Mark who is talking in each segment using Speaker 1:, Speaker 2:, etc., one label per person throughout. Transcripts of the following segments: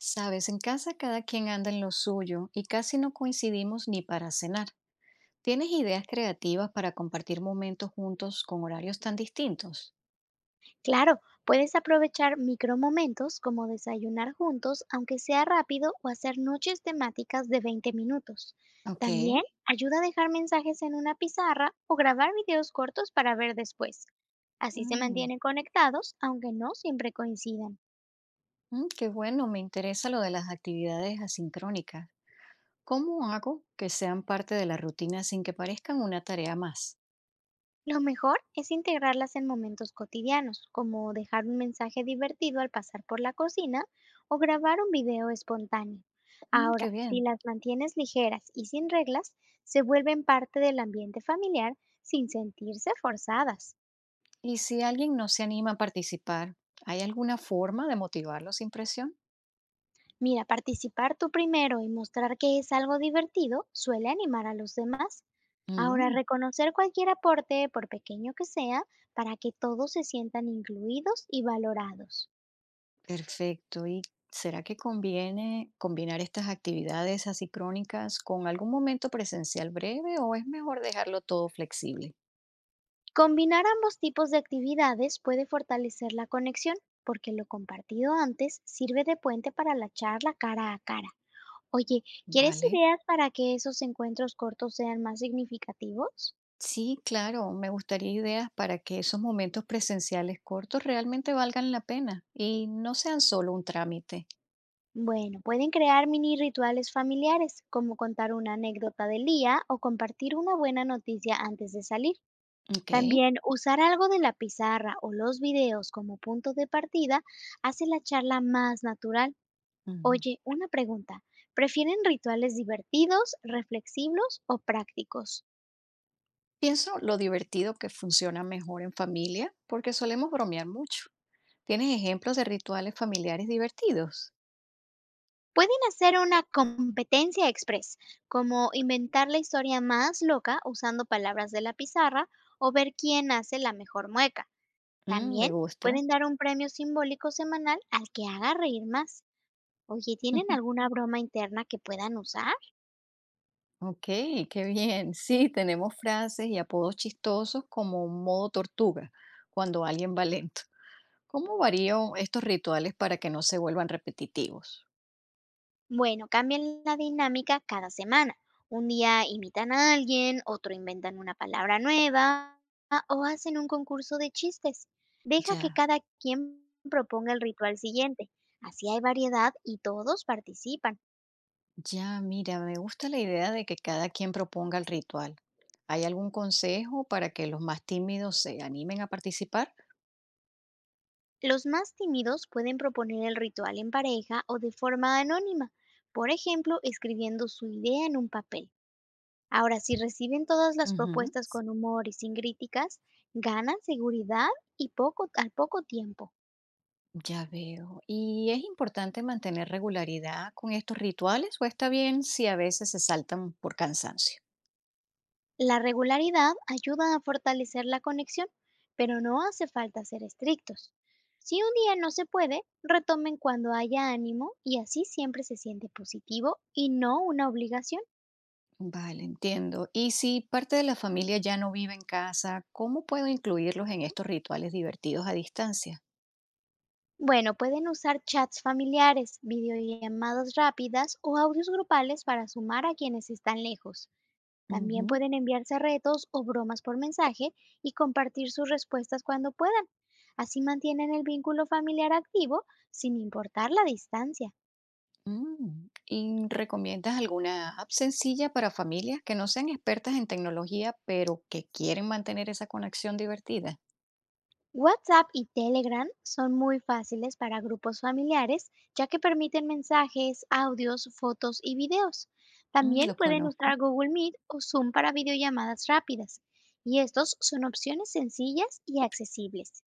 Speaker 1: Sabes, en casa cada quien anda en lo suyo y casi no coincidimos ni para cenar. ¿Tienes ideas creativas para compartir momentos juntos con horarios tan distintos?
Speaker 2: Claro, puedes aprovechar micromomentos como desayunar juntos, aunque sea rápido, o hacer noches temáticas de 20 minutos.
Speaker 1: Ok.
Speaker 2: También ayuda a dejar mensajes en una pizarra o grabar videos cortos para ver después. Así se
Speaker 1: Mm,
Speaker 2: mantienen conectados, aunque no siempre coincidan.
Speaker 1: mm. qué bueno, me interesa lo de las actividades asincrónicas. ¿Cómo hago que sean parte de la rutina sin que parezcan una tarea más?
Speaker 2: Lo mejor es integrarlas en momentos cotidianos, como dejar un mensaje divertido al pasar por la cocina o grabar un video espontáneo.
Speaker 1: Mm, qué
Speaker 2: Ahora, si
Speaker 1: bien.
Speaker 2: las mantienes ligeras y sin reglas, se vuelven parte del ambiente familiar sin sentirse forzadas.
Speaker 1: ¿Y si alguien no se anima a participar, hay alguna forma de motivarlo sin presión?
Speaker 2: Mira, participar tú primero y mostrar que es algo divertido suele animar a los demás. Ahora,
Speaker 1: Mm.
Speaker 2: reconocer cualquier aporte, por pequeño que sea, para que todos se sientan incluidos y valorados.
Speaker 1: Perfecto. ¿Y será que conviene combinar estas actividades asíncrónicas con algún momento presencial breve o es mejor dejarlo todo flexible?
Speaker 2: Combinar ambos tipos de actividades puede fortalecer la conexión, porque lo compartido antes sirve de puente para la charla cara a cara. Oye, ¿quieres
Speaker 1: Vale.
Speaker 2: ideas para que esos encuentros cortos sean más significativos?
Speaker 1: Sí, claro, me gustaría ideas para que esos momentos presenciales cortos realmente valgan la pena y no sean solo un trámite.
Speaker 2: Bueno, pueden crear mini rituales familiares, como contar una anécdota del día o compartir una buena noticia antes de salir.
Speaker 1: Ok.
Speaker 2: También usar algo de la pizarra o los videos como punto de partida hace la charla más natural.
Speaker 1: Ujú.
Speaker 2: Oye, una pregunta. ¿Prefieren rituales divertidos, reflexivos o prácticos?
Speaker 1: Pienso lo divertido que funciona mejor en familia porque solemos bromear mucho. ¿Tienes ejemplos de rituales familiares divertidos?
Speaker 2: Pueden hacer una competencia express, como inventar la historia más loca usando palabras de la pizarra o ver quién hace la mejor mueca.
Speaker 1: Mm, me
Speaker 2: También
Speaker 1: gusta.
Speaker 2: pueden dar un premio simbólico semanal al que haga reír más. Oye, ¿tienen alguna broma interna que puedan usar?
Speaker 1: Ok, qué bien. Sí, tenemos frases y apodos chistosos como modo tortuga, cuando alguien va lento. ¿Cómo varían estos rituales para que no se vuelvan repetitivos?
Speaker 2: Bueno, cambian la dinámica cada semana. Un día imitan a alguien, otro inventan una palabra nueva o hacen un concurso de chistes. Deja que
Speaker 1: Ya,
Speaker 2: cada quien proponga el ritual siguiente. Así hay variedad y todos participan.
Speaker 1: ya, mira, me gusta la idea de que cada quien proponga el ritual. ¿Hay algún consejo para que los más tímidos se animen a participar?
Speaker 2: Los más tímidos pueden proponer el ritual en pareja o de forma anónima, por ejemplo, escribiendo su idea en un papel. Ahora, si reciben todas las
Speaker 1: Ujú,
Speaker 2: propuestas con humor y sin críticas, ganan seguridad y al poco tiempo.
Speaker 1: ya veo. ¿Y es importante mantener regularidad con estos rituales o está bien si a veces se saltan por cansancio?
Speaker 2: La regularidad ayuda a fortalecer la conexión, pero no hace falta ser estrictos. Si un día no se puede, retomen cuando haya ánimo y así siempre se siente positivo y no una obligación.
Speaker 1: Vale, entiendo. Y si parte de la familia ya no vive en casa, ¿cómo puedo incluirlos en estos rituales divertidos a distancia?
Speaker 2: Bueno, pueden usar chats familiares, videollamadas rápidas o audios grupales para sumar a quienes están lejos. También
Speaker 1: Ujú.
Speaker 2: pueden enviarse retos o bromas por mensaje y compartir sus respuestas cuando puedan. Así mantienen el vínculo familiar activo sin importar la distancia.
Speaker 1: Mm. ¿Y recomiendas alguna app sencilla para familias que no sean expertas en tecnología, pero que quieren mantener esa conexión divertida?
Speaker 2: WhatsApp y Telegram son muy fáciles para grupos familiares, ya que permiten mensajes, audios, fotos y videos.
Speaker 1: Mm,
Speaker 2: También
Speaker 1: lo
Speaker 2: pueden usar
Speaker 1: conozco.
Speaker 2: Google Meet o Zoom para videollamadas rápidas, y estos son opciones sencillas y accesibles.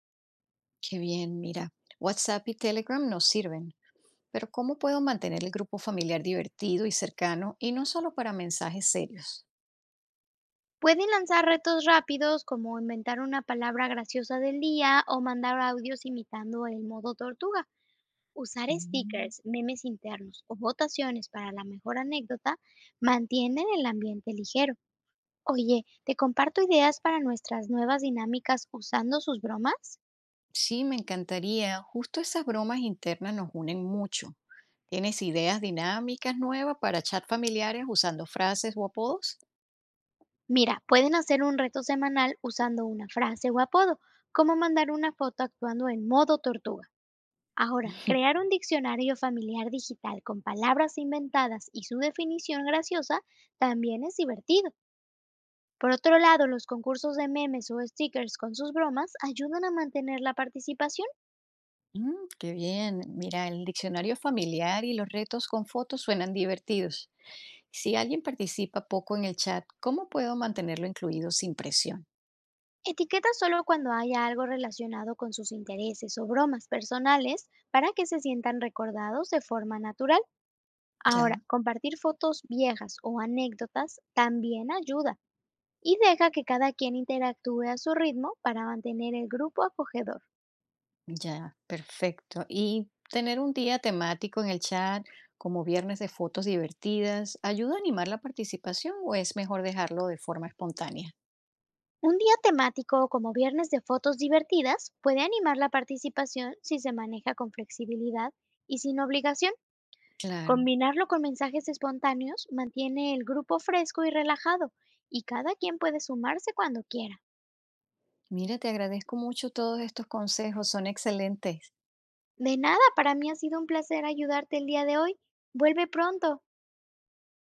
Speaker 1: Qué bien, mira. WhatsApp y Telegram nos sirven, pero ¿cómo puedo mantener el grupo familiar divertido y cercano y no solo para mensajes serios?
Speaker 2: Pueden lanzar retos rápidos como inventar una palabra graciosa del día o mandar audios imitando el modo tortuga. Usar
Speaker 1: Mm.
Speaker 2: stickers, memes internos o votaciones para la mejor anécdota mantienen el ambiente ligero. Oye, te comparto ideas para nuestras nuevas dinámicas usando sus bromas.
Speaker 1: Sí, me encantaría. Justo esas bromas internas nos unen mucho. ¿Tienes ideas dinámicas nuevas para chat familiares usando frases o apodos?
Speaker 2: Mira, pueden hacer un reto semanal usando una frase o apodo, como mandar una foto actuando en modo tortuga. Ahora, crear un diccionario familiar digital con palabras inventadas y su definición graciosa también es divertido. Por otro lado, los concursos de memes o stickers con sus bromas ayudan a mantener la participación.
Speaker 1: Mm, qué bien. Mira, el diccionario familiar y los retos con fotos suenan divertidos. Si alguien participa poco en el chat, ¿cómo puedo mantenerlo incluido sin presión?
Speaker 2: Etiqueta solo cuando haya algo relacionado con sus intereses o bromas personales para que se sientan recordados de forma natural.
Speaker 1: Ya,
Speaker 2: Ahora, compartir fotos viejas o anécdotas también ayuda y deja que cada quien interactúe a su ritmo para mantener el grupo acogedor.
Speaker 1: ya, perfecto. Y tener un día temático en el chat, como viernes de fotos divertidas, ¿ayuda a animar la participación o es mejor dejarlo de forma espontánea?
Speaker 2: Un día temático como viernes de fotos divertidas puede animar la participación si se maneja con flexibilidad y sin obligación.
Speaker 1: Claro.
Speaker 2: Combinarlo con mensajes espontáneos mantiene el grupo fresco y relajado, y cada quien puede sumarse cuando quiera.
Speaker 1: Mira, te agradezco mucho todos estos consejos, son excelentes.
Speaker 2: De nada, para mí ha sido un placer ayudarte el día de hoy. Vuelve pronto.